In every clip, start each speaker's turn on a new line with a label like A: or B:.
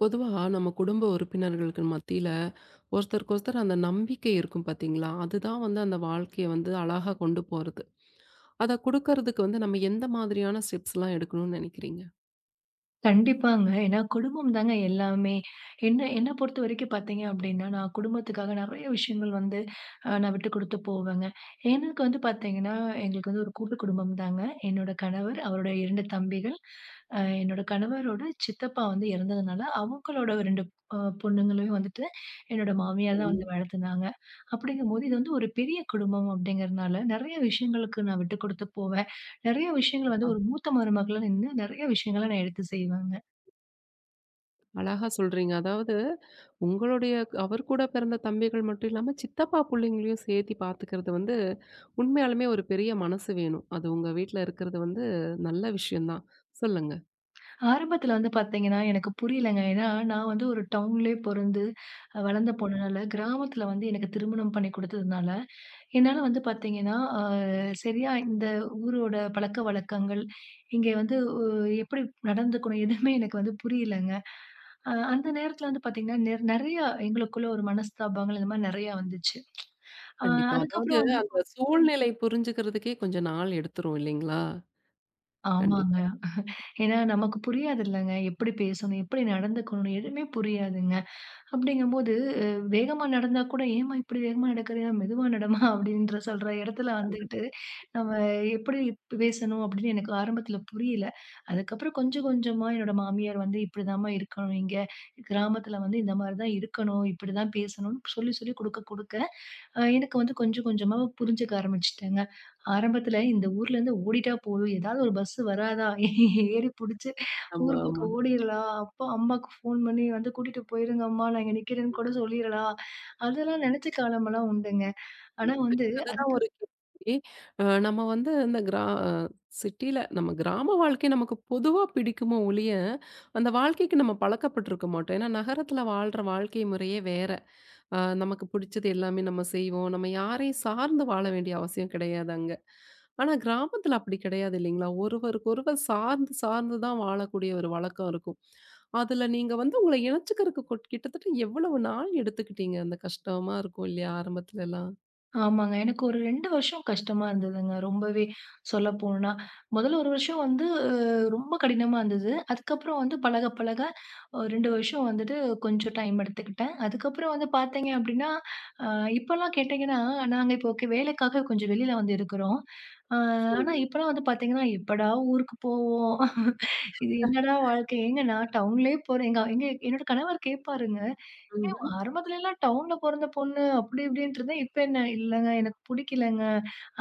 A: பொதுவா நம்ம குடும்ப உறுப்பினர்களுக்கு மத்தியில ஒருத்தருக்கு ஒருத்தர் அந்த நம்பிக்கை இருக்கும் பாத்தீங்களா? அதுதான் வந்து அந்த வாழ்க்கைய வந்து அழகா கொண்டு போறது. அத குடுக்கறதுக்கு வந்து நம்ம எந்த மாதிரியான ஸ்டெப்ஸ்லாம் எடுக்கணும்னு நெனைக்கிறீங்க?
B: கண்டிப்பாங்க. ஏன்னா குடும்பம் தாங்க எல்லாமே. என்ன என்ன பொறுத்தவரைக்கும் பார்த்தீங்க அப்டின்னா, நான் குடும்பத்துக்காக நெறைய விஷயங்கள் வந்து நான் விட்டு குடுத்து போவேங்க. எனக்கு வந்து பார்த்தீங்கன்னா, எங்களுக்கு வந்து ஒரு கூட்டு குடும்பம் தாங்க. என்னோட கணவர், அவருடைய 2 தம்பிகள், என்னோட கணவரோட சித்தப்பா வந்து இறந்ததுனால, அவங்களோட 2 அ பொண்ணுங்களையும் வந்துட்டு என்னோட மாமியார் தான்
A: சரிங்க.
B: வந்து வளர்த்துனாங்க. அப்படிங்கும்போது இது வந்து ஒரு பெரிய குடும்பம் அப்படிங்கிறனால, நெறைய விஷயங்களுக்கு நான் விட்டு குடுத்து போவேன். நெறைய விஷயங்கள்
A: கண்டிப்பா.
B: வந்து ஒரு மூத்த மருமகளா நின்னு நெறைய விஷயங்கள நான் எடுத்து செய்வேங்க.
A: அழகா சொல்றீங்க. அதாவது உங்களுடைய அவர் கூட பிறந்த தம்பிகள் மட்டும் இல்லாம சித்தப்பா புள்ளைங்களையும் சேர்த்தி பாத்துக்கிறது வந்து உண்மையாலுமே ஒரு பெரிய மனசு வேணும். அது உங்க வீட்ல இருக்கிறது வந்து நல்ல விஷயம் தான். சொல்லுங்க.
B: ஆரம்பத்துல வந்து பாத்தீங்கன்னா, எனக்கு புரியலங்க. ஏன்னா, நான் வந்து ஒரு டவுன்லயே பொறந்து, வளர்ந்து போனனால, கிராமத்துல வந்து எனக்கு திருமணம் பண்ணி குடுத்ததுனால, என்னால வந்து பாத்தீங்கன்னா, சரியா இந்த ஊரோட பழக்கவழக்கங்கள், இங்க வந்து எப்படி நடந்துக்கணும்? எதுவுமே எனக்கு வந்து புரியலங்க. அந்த நேரத்துல வந்து பாத்தீங்கன்னா, நெறைய எங்களுக்குள்ள ஒரு மனஸ்தாபங்கள், இந்த மாரி நெறையா வந்துச்சு. அ
A: கண்டிப்பா. அதாவது
B: அதுக்கப்புறம் வந்து
A: அந்த சூழ்நிலை புரிஞ்சுக்கிறதுக்கே கொஞ்சம் நாள் எடுத்துரும் இல்லைங்களா?
B: ஆமாங்க.
A: கண்டிப்பா.
B: ஏன்னா நமக்கு புரியாது இல்லங்க. எப்படி பேசணும்? எப்படி நடந்துக்கணும்? எதுவுமே புரியாதுங்க. அப்படிங்கும்போது, அ வேகமா நடந்தா கூட, "ஏம்மா இப்படி வேகமா நடக்குறியா? மெதுவா நடம்மா" அப்படின்ற சொல்ற இடத்துல வந்துகிட்டு, நம்ம எப்படி பேசணும் அப்படின்னு எனக்கு ஆரம்பத்துல புரியல. அதுக்கப்புறம் கொஞ்சம் கொஞ்சமா என்னோட மாமியார் வந்து, "இப்படிதாம்மா இருக்கணும் இங்க. கிராமத்துல வந்து இந்த மாரி தான் இருக்கணும். இப்படிதான் பேசணும்னு" சொல்லி சொல்லி குடுக்க குடுக்க, எனக்கு வந்து கொஞ்சம் கொஞ்சமா புரிஞ்சுக்க ஆரம்பிச்சுட்டேங்க. ஆரம்பத்துல இந்த ஊர்லேருந்து ஓடிட்டா போதும், ஏதாவது ஒரு பஸ் வராதா? ஏறி புடிச்சு
A: ஆமா,
B: ஊர்
A: ஆமா.
B: பக்கம் ஓடிறலாம். அப்பா, அம்மாக்கு ஃபோன் பண்ணி வந்து கூட்டிட்டு போயிருங்க அம்மா, நான் இங்க நிக்கிறேன்னு கூட சொல்லிறலாம். அதெல்லாம் நெனச்ச காலமெல்லாம் உண்டுங்க. ஆனா
A: கண்டிப்பா.
B: வந்து
A: எனக்கு அதுதான்
B: அதுக்கு
A: ஒரு கேள்வி. அ நம்ம வந்து இந்த கிரா சிட்டில நம்ம கிராம வாழ்க்கை நமக்கு பொதுவா பிடிக்குமோ ஒழிய, அந்த வாழ்க்கைக்கு நம்ம பழக்கப்பட்டுருக்க மாட்டோம். ஏன்னா நகரத்துல வாழ்ற வாழ்க்கை முறையே வேற. நமக்கு பிடிச்சது எல்லாமே நம்ம செய்வோம். நம்ம யாரையும் சார்ந்து வாழ வேண்டிய அவசியம் கிடையாது அங்க. ஆனா கிராமத்துல அப்படி கிடையாது இல்லைங்களா? ஒருவருக்கு ஒருவர் சார்ந்து சார்ந்து தான் வாழக்கூடிய ஒரு வழக்கம் இருக்கும். அதுல நீங்க வந்து உங்கள இணைச்சுக்கிறதுக்கு கிட்டத்தட்ட எவ்வளவு நாள் எடுத்துக்கிட்டீங்க? அந்த கஷ்டமா இருக்கும் இல்லையா ஆரம்பத்துலலாம்?
B: ஆமாங்க. எனக்கு ஒரு 2 வருஷம் கஷ்டமா இருந்ததுங்க. ரொம்பவே சொல்லப்போனா. முதல்ல 1 வருஷம் வந்து ரொம்ப கடினமா இருந்தது. அதுக்கப்புறம் வந்து பழக பழக 2 வருஷம் வந்துட்டு கொஞ்சம் டைம் எடுத்துக்கிட்டேன். அதுக்கப்புறம் வந்து பார்த்தீங்க அப்டின்னா, அ இப்பலாம் கேட்டீங்கன்னா, நாங்க இப்போ ஓகே வேலைக்காக கொஞ்சம் வெளியில வந்து இருக்கிறோம். அ ஆனா இப்பலாம் வந்து பார்த்தீங்கன்னா, எப்படா ஊருக்கு போவோம்? இது என்னடா வாழ்க்கை? ஏங்க நான் டவுன்லயே போறேன். எங்க எங்க என்னோட கணவர் கேட்பாருங்க. ஏன்
A: ம்ஹ்ம்.
B: ஆரம்பத்துலலாம் டவுன்ல பொறந்த பொண்ணு அப்படி இப்படின்ட்டு இருந்தேன். இப்ப என்ன? இல்லங்க எனக்கு புடிக்கலங்க.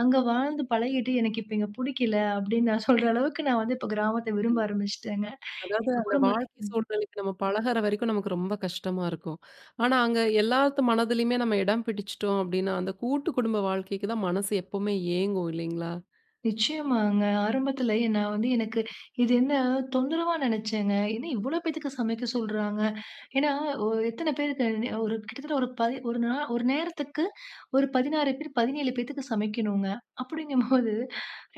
B: அங்க வாழ்ந்து பழகிட்டு எனக்கு இப்ப இங்க புடிக்கல அப்படின்னு நான் சொல்ற அளவுக்கு நான் வந்து இப்ப கிராமத்த விரும்ப ஆரம்பிச்சுட்டேங்க.
A: அதாவது
B: எங்க
A: அந்த
B: குடும்ப
A: வாழ்க்கை சூழ்நிலைக்கு நம்ம பழகுற வரைக்கும் நமக்கு ரொம்ப கஷ்டமா இருக்கும். ஆனா, அங்க எல்லாத்து மனதிலயுமே நம்ம இடம் பிடிச்சுட்டோம் அப்டின்னா, அந்த கூட்டு குடும்ப வாழ்க்கைக்கு தான் மனசு எப்பவுமே ஏங்கும் இல்லைங்களா?
B: நிச்சயமாங்க. ஆரம்பத்துல நான் வந்து எனக்கு இது என்ன தொந்தரவா நினைச்சேங்க. என்ன இவ்வளோ பேத்துக்கு சமைக்க சொல்றாங்க. ஏன்னா, எத்தன பேருக்கு ஒரு கிட்டத்தட்ட ஒரு நேரத்துக்கு ஒரு 16 பேர், 17 பேத்துக்கு சமைக்கணுங்க. அப்படிங்கும்போது,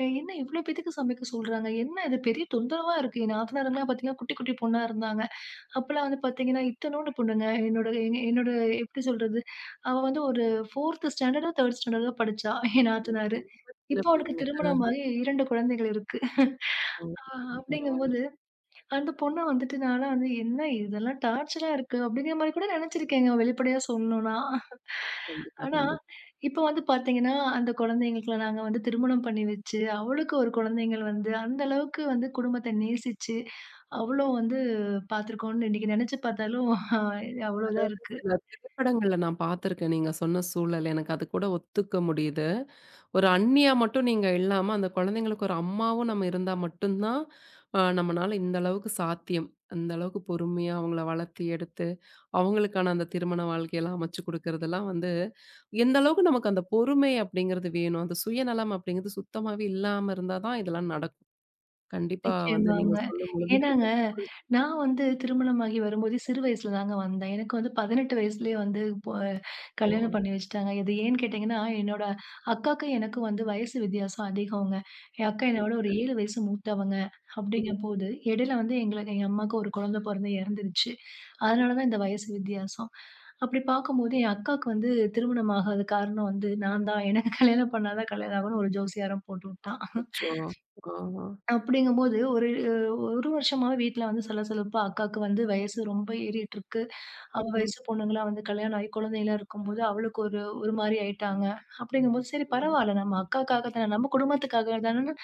B: என்ன இவ்ளோ பேத்துக்கு சமைக்க சொல்றாங்க? என்ன இது பெரிய தொந்தரவா இருக்கு. என் நாத்தனாருங்கலாம் பார்த்தீங்கன்னா, குட்டி குட்டி பொண்ணா இருந்தாங்க. அப்பலாம் வந்து பார்த்தீங்கன்னா, இத்தனூண்டு பொண்ணுங்க. என்னோட எங்க என்னோட எப்படி சொல்றது? அவ வந்து ஒரு 4த் ஸ்டாண்டர்டோ, 3ர்ட் ஸ்டாண்டர்டோ படிச்சா, என் நாத்தனாரு.
A: சின்ன
B: இப்போ அவளுக்கு
A: பிள்ளைங்க. ஆஹ.
B: திருமணமாகி 2 குழந்தைகள் இருக்கு.
A: ஓகே. பரவால்ல.
B: அப்படிங்கும்போது அந்த பொண்ண வந்துட்டு நான்லாம் வந்து, "என்ன இதெல்லாம் டார்ச்சரா இருக்கு." அப்படிங்கிற மாரி கூட நெனச்சிருக்கேங்க, வெளிப்படையா சொல்லணும்னா.
A: கண்டிப்பா,
B: ஆனா,
A: கண்டிப்பா.
B: இப்ப வந்து பாத்தீங்கன்னா, அந்த குழந்தைங்களுக்குலாம் நாங்க வந்து திருமணம் பண்ணி வச்சு, அவளுக்கு ஒரு குழந்தைகள் வந்து, அந்த அளவுக்கு வந்து குடும்பத்த நேசிச்சு, அவ்வளோ வந்து பாத்துருக்கோம்னு இன்னைக்கு நெனச்சு பாத்தாலும், அவ்வளோ இதா இருக்கு.
A: சில திரைப்படங்கள்ல நான் பார்த்துருக்கேன். நீங்க சொன்ன சூழல். எனக்கு அது கூட ஒத்துக்க முடியுது. ஒரு அண்ணியா மட்டும் நீங்க இல்லாம, அந்த குழந்தைங்களுக்கு ஒரு அம்மாவும் நம்ம இருந்தா மட்டும் தான், நம்மனால இந்த அளவுக்கு சாத்தியம். அந்த அளவுக்கு பொறுமையா அவங்கள வளர்த்து எடுத்து அவங்களுக்கான அந்த திருமண வாழ்க்கையெல்லாம் அமைச்சு குடுக்குறதெல்லாம் வந்து, எந்த அளவுக்கு நமக்கு அந்த பொறுமை அப்படிங்கிறது வேணும். அந்த சுயநலம் அப்படிங்கிறது சுத்தமாவே இல்லாம இருந்தா தான் இதெல்லாம் நடக்கும். கண்டிப்பா வந்து நீங்க
B: நிச்சயமாங்க.
A: சொல்லும்பொழுது எனக்கு
B: ஏன்னாங்க,
A: அது
B: நான் வந்து திருமணமாகி வரும்போதே சிறு வயசுல தாங்க வந்தேன். எனக்கு வந்து 18 வயசுலயே வந்து
A: இப்போ
B: கல்யாணம் பண்ணி வச்சுட்டாங்க. இது ஏன்னு கேட்டீங்கன்னா, என்னோட அக்காக்கும் எனக்கும் வந்து வயசு வித்தியாசம் அதிகங்க. என் அக்கா என்னை விட ஒரு 7 வயசு மூத்தவங்க.
A: ம்.
B: அப்படிங்கம்போது, இடையில வந்து எங்களுக்கு எங்க அம்மாவுக்கு ஒரு குழந்தை பொறந்து இறந்துருச்சு. அதனால தான் இந்த வயசு வித்தியாசம். அப்படி பார்க்கும்போது, என் அக்காவுக்கு வந்து திருமணம் ஆகாத காரணம் வந்து நான் தான். எனக்கு கல்யாணம் பண்ணா தான் கல்யாணம் ஆகும்ன்னு ஒரு ஜோசியாரன் போட்டு விட்டான்.
A: அச்சோ! ஆமா.
B: அப்படிங்கும்போது ஒரு ஒரு வருஷமாவே வீட்ல வந்து சலசலப்பு. அக்காக்கு வந்து வயசு ரொம்ப ஏறிட்டுருக்கு. அவ
A: ம், ம்,
B: வயசு பொண்ணுங்கலாம் வந்து கல்யாணம் ஆகி குழந்தைலாம் இருக்கும்போது, அவளுக்கு ஒரு ஒரு மாரி ஆயிட்டாங்க. அப்படிங்கும்போது, சரி
A: ம்.
B: பரவால்ல நம்ம அக்காக்காக தான, நம்ம குடும்பத்துக்காக தானன்னு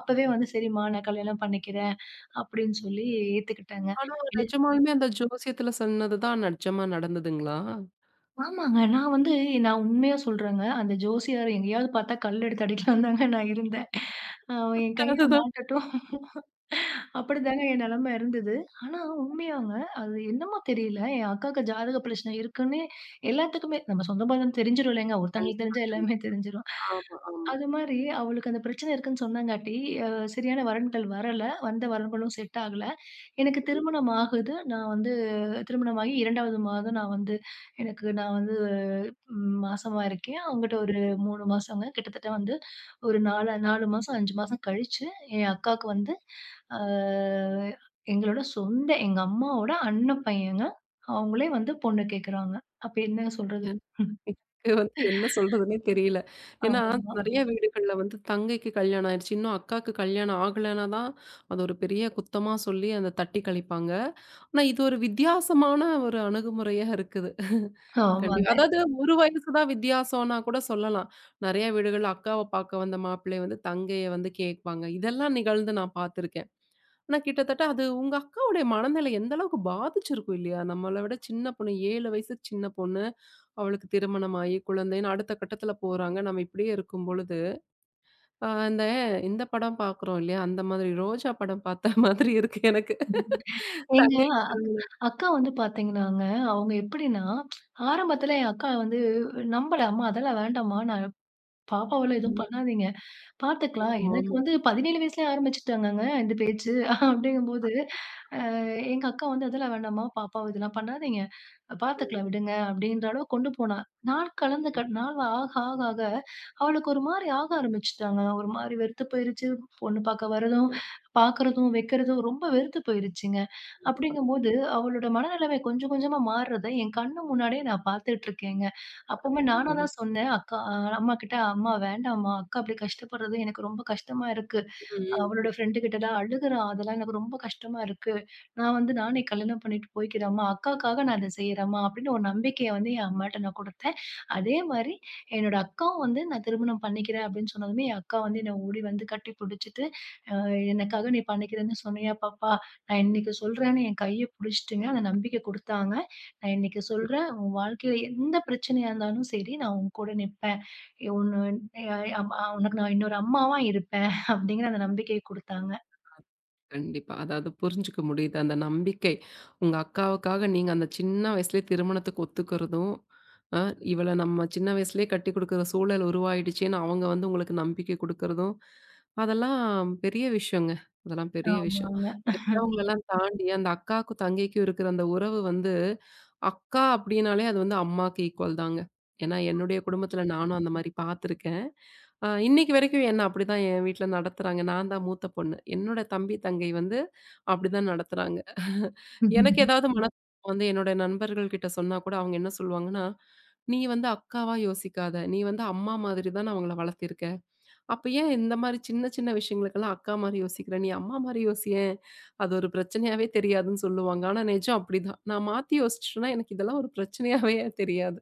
B: அப்பவே வந்து சரிம்மா நான் கல்யாணம் பண்ணிக்கிறேன் அப்படின்னு சொல்லி ஏத்துக்கிட்டாங்க.
A: ஆனா
B: இது
A: நிஜமாலுமே அந்த ஜோசியத்துல சொன்னது தான் நிஜமா நடந்ததுங்களா?
B: ஆமாங்க. நான் உண்மையா சொல்றேங்க. அந்த ஜோசியார் எங்கேயாவது பார்த்தா கல் எடுத்து அடிக்கலான்னு தாங்க நான் இருந்தேன். அவன் என் கையில
A: அதுதான்.
B: மாட்டட்டும். அப்படிதாங்க என் நிலைமை இருந்தது. ஆனா உண்மையாங்க. அது என்னமோ தெரியல. என் அக்காவுக்கு ஜாதக பிரச்சனை இருக்குன்னு எல்லாத்துக்குமே நம்ம சொந்த பந்தம் தெரிஞ்சிரும் இல்லைங்க. ஒருத்தங்களுக்கு
A: கண்டிப்பா,
B: தெரிஞ்சா எல்லாமே
A: கண்டிப்பா.
B: தெரிஞ்சிரும்.
A: ஆமா, ஆமா.
B: அது மாரி அவளுக்கு அந்த பிரச்சனை இருக்குன்னு சொன்னங்காட்டி, அ சரியான வரன்கள் வரல. வந்த வரன்களும் செட் ஆகல. எனக்கு திருமணம் ஆகுது. நான் வந்து திருமணமாகி 2வது மாதம் நான் வந்து எனக்கு நான் வந்து ம் மாசமா இருக்கேன். அவங்கிட்ட ஒரு 3 மாசங்க. கிட்டத்தட்ட வந்து ஒரு 4 4 மாசம் 5 மாசம் கழிச்சு, என் அக்காவுக்கு வந்து அ எங்களோட சொந்த எங்க அம்மாவோட அண்ணன் பையங்க. அவங்களே வந்து பொண்ணு கேட்குறாங்க. அப்ப என்ன சொல்றது?
A: ம். எனக்கு வந்து என்ன சொல்றதுன்னே தெரியல. ஏன்னா,
B: ஆமா,
A: நெறைய வீடுகள்ல வந்து தங்கைக்கு கல்யாணம் ஆயிருச்சு. இன்னும் அக்காக்கு கல்யாணம் ஆகலன்னா தான், அது ஒரு பெரிய குத்தமா சொல்லி அந்த தட்டி கழிப்பாங்க. ஆனா, இது ஒரு வித்தியாசமான ஒரு அணுகுமுறையா இருக்குது.
B: ஆமாங்க.
A: கண்டிப்பா. அதாவது ஒரு வயசு தான் வித்தியாசம்னா கூட சொல்லலாம். நெறைய வீடுகள்ல அக்காவ பார்க்க வந்த மாப்பிள்ளை வந்து தங்கைய வந்து கேட்பாங்க. இதெல்லாம் நிகழ்ந்து நான் பார்த்துருக்கேன். ஆனா, கிட்டத்தட்ட அது உங்க அக்காவுடைய மனநிலை எந்த அளவுக்கு பாதிச்சிருக்கும் இல்லையா? நம்மள விட சின்ன பொண்ணு 7 வயசுக்கு சின்ன பொண்ணு. அவளுக்கு திருமணமாகி குழந்தைன்னு அடுத்த கட்டத்துல போறாங்க. நம்ம இப்படியே இருக்கும் பொழுது, அந்த இந்த படம் பார்க்குறோம் இல்லையா? அந்த மாதிரி ரோஜா படம் பார்த்த மாதிரி இருக்கு எனக்கு.
B: எங்க
A: தங்கை
B: அக் அக்கா வந்து பாத்தீங்கன்னாங்க, அவங்க எப்படின்னா, ஆரம்பத்துல என் அக்கா வந்து நம்பல. "அம்மா அதெல்லாம் வேண்டாம்மா. நான் பாப்பாவெல்லாம் எதுவும்
A: ம்.
B: பண்ணாதீங்க. பாத்துக்கலாம்."
A: ஆமா.
B: எனக்கு வந்து 17 வயசுலயே ஆரம்பிச்சுட்டாங்கங்க இந்த பேச்சு. அப்படிங்கும்போது அ எங்க அக்கா வந்து "அதெல்லாம் வேண்டாம்மா, பாப்பாவ இதெல்லாம் பண்ணாதீங்க.
A: ஆமா.
B: பாத்துக்கலாம் விடுங்க" அப்படின்ற அளவுக்கு கொண்டு போனா. நாள் கலந்து
A: ம்.
B: நாள் ஆக ஆக ஆக அவளுக்கு ஒரு மாரி ஆக ஆரம்பிச்சுட்டாங்க. ஒரு மாரி வெறுத்து போயிருச்சு. பொண்ணு பாக்க வரதும், பாக்குறதும், வைக்கிறதும் ரொம்ப வெறுத்து போயிருச்சுங்க.
A: கண்டிப்பா.
B: அப்படிங்கும்போது அவளோட மனநிலைமை கொஞ்சம் கொஞ்சமா மாறுறத என் கண்ணு முன்னாடியே நான் பாத்துட்டு இருக்கேங்க. அப்பவுமே
A: அதுதான்
B: நானா தான்
A: அதுதான்.
B: சொன்னேன், அக்கா அம்மா கிட்ட "அம்மா வேண்டாம்மா, அக்கா அப்படி கஷ்டப்படுறது எனக்கு ரொம்ப கஷ்டமா இருக்கு.
A: ம்.
B: அவளோட ஃப்ரெண்டு கிட்டலாம் அழுகுறா. அதெல்லாம் எனக்கு ரொம்ப கஷ்டமா இருக்கு. நான் வந்து நானே கல்யாணம் பண்ணிட்டு போய்க்கிறேன்ம்மா. அக்காக்காக நான் இத செய்றேன்ம்மா அப்படின்னு ஒரு நம்பிக்கைய வந்து என் அம்மாட்ட நான் குடுத்தேன். அதே மாரி என்னோட அக்காவும் வந்து நான் திருமணம் பண்ணிக்கிறேன் அப்படின்னு சொன்னதுமே, என் அக்கா வந்து என்ன ஓடி வந்து கட்டி புடிச்சுட்டு, அ "எனக்காக நீ பண்ணிக்கிறேன்னு சொன்னியா பாப்பா? நான் இன்னைக்கு சொல்றேன்னு" என் கைய புடிச்சுட்டுங்க அந்த நம்பிக்கை குடுத்தாங்க. "நான் இன்னைக்கு சொல்றேன். உன் வாழ்க்கையில எந்த பிரச்சனையா இருந்தாலும் சரி, நான் உன் கூட நிப்பேன். உன்ன அ அம் உனக்கு நான் இன்னொரு அம்மாவா இருப்பேன். அப்படிங்கிற அந்த நம்பிக்கைய குடுத்தாங்க.
A: கண்டிப்பா. அதாவது புரிஞ்சுக்க முடியுது. அந்த நம்பிக்கை. உங்க அக்காவுக்காக நீங்க அந்த சின்ன வயசுலயே திருமணத்துக்கு ஒத்துக்கிறதும், அ இவள நம்ம சின்ன வயசுலயே கட்டி குடுக்குற சூழல் உருவாயிடுச்சேன்னு அவங்க வந்து உங்களுக்கு நம்பிக்கை குடுக்குறதும், அதெல்லாம் பெரிய விஷயங்க. அதெல்லாம் பெரிய விஷயம்.
B: ஆமாங்க.
A: பெத்தவங்களெல்லாம் தாண்டி அந்த அக்காவுக்கும் தங்கைக்கும் இருக்கிற அந்த உறவு வந்து, அக்கா அப்படின்னாலே அது வந்து அம்மாக்கு ஈக்குவல் தாங்க. ஏன்னா என்னுடைய குடும்பத்துல நானும் அந்த மாரி பார்த்துருக்கேன். இன்னைக்கு வரைக்கும் என்ன அப்படிதான் என் வீட்ல நடத்துறாங்க. நான் தான் மூத்த பொண்ணு. என்னோட தம்பி, தங்கை வந்து அப்படிதான் நடத்துறாங்க. எனக்கு ஏதாவது ம். மன வந்து என்னோட நண்பர்கள் கிட்ட சொன்னா கூட அவங்க என்ன சொல்லுவாங்கன்னா, "நீ வந்து அக்காவா யோசிக்காத. நீ வந்து அம்மா மாதிரி தான அவங்கள வளர்த்திருக்க. அப்ப ஏன் இந்த மாரி சின்ன சின்ன விஷயங்களுக்கெல்லாம் அக்கா மாரி யோசிக்கிற? நீ அம்மா மாரி யோசியேன். அது ஒரு பிரச்சனையாவே தெரியாதுன்னு" சொல்லுவாங்க. ஆனா நிஜம் அப்படிதான். நான் மாத்தி யோசிச்சுட்டேன்னா எனக்கு இதெல்லாம் ஒரு பிரச்சனையாவே தெரியாது.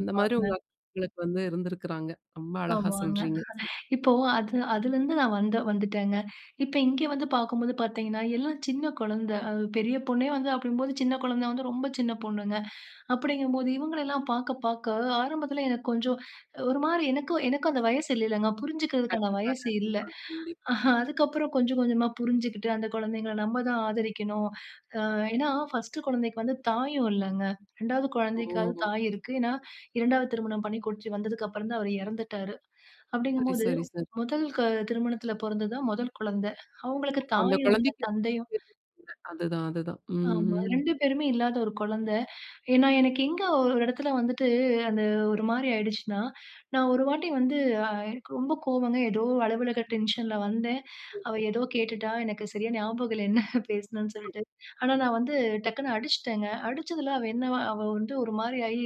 A: அந்த மாதிரி உங்க அக்காங்களுக்கு வந்து இருந்திருக்கிறாங்க. ரொம்ப அழகா
B: ஆமாங்க.
A: சொல்றீங்க.
B: இப்போ அதுலருந்து நான் வந்துட்டேங்க. இப்ப இங்க வந்து பார்க்கும்போது பார்த்தீங்கன்னா, எல்லாம் சின்ன குழந்த. அது பெரிய பொண்ணே வந்து அப்படிங்கும்போது சின்ன குழந்த வந்து ரொம்ப சின்ன பொண்ணுங்க. அப்படிங்கும்போது இவங்களெல்லாம் பார்க்க பார்க்க ஆரம்பத்துல எனக்கு கொஞ்சம் ஒரு மாரி எனக்கும் எனக்கும் அந்த வயசு இல்லலங்க. புரிஞ்சுக்கிறதுக்கான
A: கண்டிப்பா,
B: வயசு இல்ல.
A: கண்டிப்பா, கண்டிப்பா.
B: அதுக்கப்புறம் கொஞ்சம் கொஞ்சமா புரிஞ்சுகிட்டு அந்த குழந்தைங்கள நம்ம தான் ஆதரிக்கணும். ஏன்னா, ஃபர்ஸ்ட் குழந்தைக்கு வந்து தாயும் இல்லங்க. 2வது
A: ஓ!
B: குழந்தைக்காவது தாய் இருக்கு. ஏன்னா, 2வது திருமணம் பண்ணி கூட்டிட்டு வந்ததுக்கு அப்புறம் தான் அவரு இறந்துட்டாரு.
A: சரி,
B: அப்படிங்கும்போது
A: சரி, சரி.
B: முதல் க திருமணத்தில பொறந்தது தான் முதல் குழந்தை. அவங்களுக்கு
A: அந்த
B: தாயும் இல்ல,
A: குழந்தைக்கு
B: தந்தையும்
A: அதுதான். ம்,
B: ஆமா.
A: ம்.
B: 2 பேருமே இல்லாத ஒரு குழந்தை. ஏன்னா, எனக்கு எங்க ஒரு இடத்துல வந்துட்டு அந்த ஒரு மாரி ஆயிடுச்சுன்னா, நான் ஒரு வாட்டி வந்து எனக்கு ரொம்ப கோவங்க. ஏதோ அலுவலக டென்ஷன்ல வந்தேன்.
A: ம்,
B: அவ ஏதோ கேட்டுட்டா. எனக்கு சரியா ஞாபகம் இல்ல என்ன பேசினேன்னு சொல்லிட்டு. ஆனா, நான் வந்து டக்குன்னு அடிச்சுட்டேங்க. அடிச்சதுல அவ என்ன அவ வந்து ஒரு மாரி ஆயி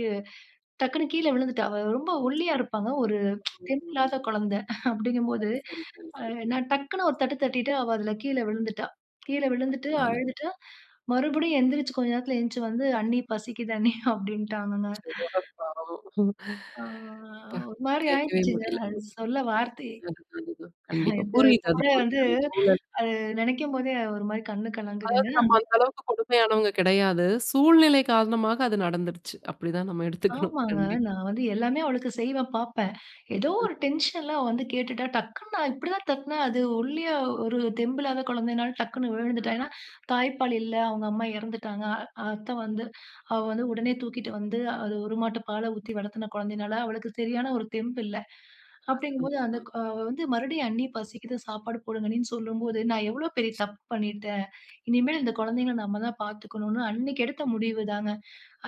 B: டக்குன்னு கீழ விழுந்துட்டா. அவ ரொம்ப ஒல்லியா இருப்பாங்க. ஒரு
A: ம், ம்.
B: தெம்பில்லாத குழந்தை. அப்படிங்கும்போது
A: சரி, சரி, சரி,
B: அ
A: சரி.
B: நான் டக்குன்னு ஒரு தட்டு தட்டிட்டு, அவ அதுல கீழ விழுந்துட்டா. கீழ விழுந்துட்டு
A: அதுதான் அது.
B: அழுதுட்டா. மறுபடியும் எந்திரிச்சு கொஞ்ச நேரத்துல எந்திச்சு வந்து, "அண்ணி பசிக்குது அண்ணி" அப்படின்ட்டாங்கங்க.
A: சிறுவ பாவம்.
B: ஆ
A: க
B: ஒரு மாரி
A: கேட்கவே
B: ஆயிடுச்சுங்க.
A: முடியல.
B: அது சொல்ல வார்த்தை.
A: அதுதான். கண்டிப்பா.
B: எனக்கு
A: புரியுது.
B: இப்ப
A: அது
B: கூட
A: புரியுது.
B: வந்து
A: அந்த சூழல்.
B: அது நெனைக்கும் போதே ஒரு மாரி கண்ணு கலங்குதுங்க.
A: அதாவது நம்ம அந்த அளவுக்கு கொடுமையானவங்க கிடையாது. சூழ்நிலை காரணமாக அது நடந்துருச்சு. அப்படிதான் நம்ம எடுத்துக்கணும்.
B: ஆமாங்க.
A: கண்டிப்பா.
B: நான் வந்து எல்லாமே அவளுக்கு செய்வேன், பாப்பேன். ஏதோ
A: ம்.
B: ஒரு டென்ஷன்ல அவ வந்து கேட்டுட்டா, டக்குன்னு நான் இப்படிதான் தட்டுனேன். அது ஒல்லியா ஒரு தெம்பில்லாத குழந்தைனால டக்குன்னு விழுந்துட்டா. ஏன்னா,
A: அதுதான்,
B: தாய்ப்பால் இல்ல. அவங்க அம்மா இறந்துட்டாங்க. அத்தை வந்து அவ வந்து உடனே தூக்கிட்டு வந்து அது ஒரு மாட்டு பால ஊத்தி வளர்த்துன குழந்தைனால அவளுக்கு சரியான ஒரு தெம்பு இல்ல.
A: அதுதான்.
B: அப்படிங்கும்போது அந்த
A: அதுதான்.
B: கு அவ வந்து மறுபடியும் "அண்ணி பசிக்குது, சாப்பாடு போடுங்கண்ணின்னு" சொல்லும்போது, நான் எவ்வளோ பெரிய தப்பு பண்ணிட்டேன். இனிமேல் இந்த குழந்தைங்கள நம்ம தான் பார்த்துக்கணும்னு அன்னைக்கு எடுத்த முடிவுதாங்க.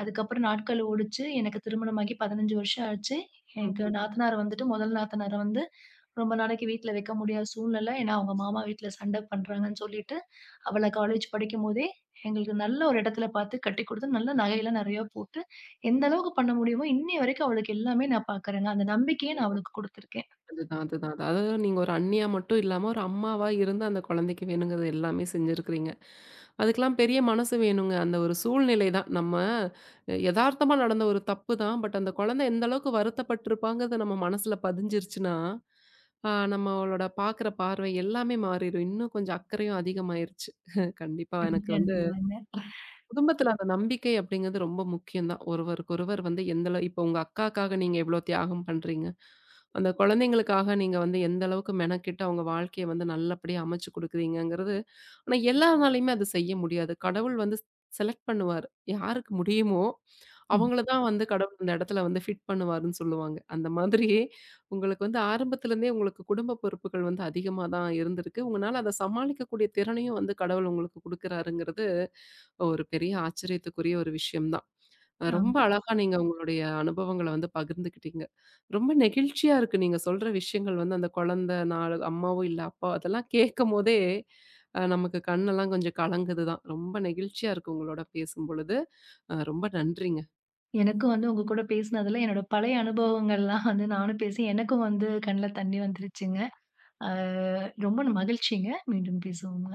B: அதுக்கப்புறம் நாட்கள் ஓடுச்சு. எனக்கு திருமணமாகி 15 வருஷம் ஆச்சு. எனக்கு
A: ம்.
B: நாத்தனார் வந்துட்டு முதல் நாத்தனார வந்து ரொம்ப நாளைக்கு வீட்ல வைக்க முடியாத சூழ்நிலை. ஏன்னா, அவங்க மாமா வீட்ல சண்டை பண்றாங்கன்னு சொல்லிட்டு, அவள காலேஜ் படிக்கும்போதே எங்களுக்கு நல்ல ஒரு இடத்துல பார்த்து கட்டிக் குடுத்து, நல்ல நகையெல்லாம் நெறையா போட்டு, எந்த அளவுக்கு பண்ண முடியுமோ, இன்னைய வரைக்கும் அவளுக்கு எல்லாமே நான் பார்க்குறேங்க. அந்த நம்பிக்கைய நான் அவளுக்கு குடுத்துருக்கேன்.
A: அதுதான், அதுதான். அது- அதாவது நீங்க ஒரு அண்ணியா மட்டும் இல்லாம, ஒரு அம்மாவா இருந்து அந்த குழந்தைக்கு வேணுங்கிறது எல்லாமே செஞ்சிருக்கிறீங்க. அதுக்கெல்லாம் பெரிய மனசு வேணுங்க. அந்த ஒரு சூழ்நிலை தான். நம்ம எதார்த்தமா நடந்த ஒரு தப்பு தான். பட் அந்த குழந்தை எந்த அளவுக்கு வருத்தப்பட்டுருப்பாங்கிறது நம்ம மனசுல பதிஞ்சிருச்சுன்னா, நம்மளோட பார்க்குற பார்வை எல்லாமே மாறிரும். இன்னும் கொஞ்சம் அக்கறையும் அதிகமாயிருச்சு. கண்டிப்பா எனக்கு வந்து
B: கண்டிப்பாங்க.
A: குடும்பத்துல அந்த நம்பிக்கை அப்படிங்கிறது ரொம்ப முக்கியம் தான். ஒருவருக்கொருவர் வந்து எந்த அளவு இப்போ உங்க அக்காக்காக நீங்க எவ்வளோ தியாகம் பண்றீங்க. அந்த குழந்தைங்களுக்காக நீங்க வந்து எந்த அளவுக்கு மெனக்கெட்டு அவங்க வாழ்க்கைய வந்து நல்லபடியா அமைச்சு குடுக்குறீங்கங்கிறது, ஆனா எல்லாராலயுமே அது செய்ய முடியாது. கடவுள் வந்து செலக்ட் பண்ணுவாரு. யாருக்கு முடியுமோ,
B: ம்.
A: அவங்கள தான் வந்து கடவுள் அந்த இடத்துல வந்து ஃபிட் பண்ணுவாருன்னு சொல்லுவாங்க. அந்த மாதிரி உங்களுக்கு வந்து ஆரம்பத்துலேருந்தே உங்களுக்கு குடும்ப பொறுப்புகள் வந்து அதிகமா தான் இருந்திருக்கு. உங்கனால அத சமாளிக்கக்கூடிய திறனையும் வந்து கடவுள் உங்களுக்கு குடுக்குறாருங்கிறது ஒரு பெரிய ஆச்சரியத்துக்குரிய ஒரு விஷயம் தான். ரொம்ப
B: ஆமா.
A: கண்டிப்பா. அழகா நீங்க உங்களுடைய அனுபவங்கள வந்து பகிர்ந்துக்கிட்டீங்க. ரொம்ப நெகிழ்ச்சியா இருக்கு. நீங்க சொல்ற விஷயங்கள் வந்து அந்த குழந்தை நாள் அம்மாவோ இல்ல அப்பாவோ அதெல்லாம் கேட்கும்போதே, நமக்கு கண்ணெல்லாம் கொஞ்சம் கலங்குது தான். ரொம்ப நெகிழ்ச்சியா இருக்கு உங்களோட பேசும்பொழுது. ரொம்ப நன்றிங்க.
B: எனக்கும் வந்து உங்க கூட பேசினதுல என்னோட பழைய அனுபவங்கள்லாம் வந்து நானும் பேசி எனக்கும் வந்து கண்ல தண்ணி வந்துருச்சுங்க. அ ரொம்ப மகிழ்ச்சிங்க. மீண்டும் பேசுவோங்க.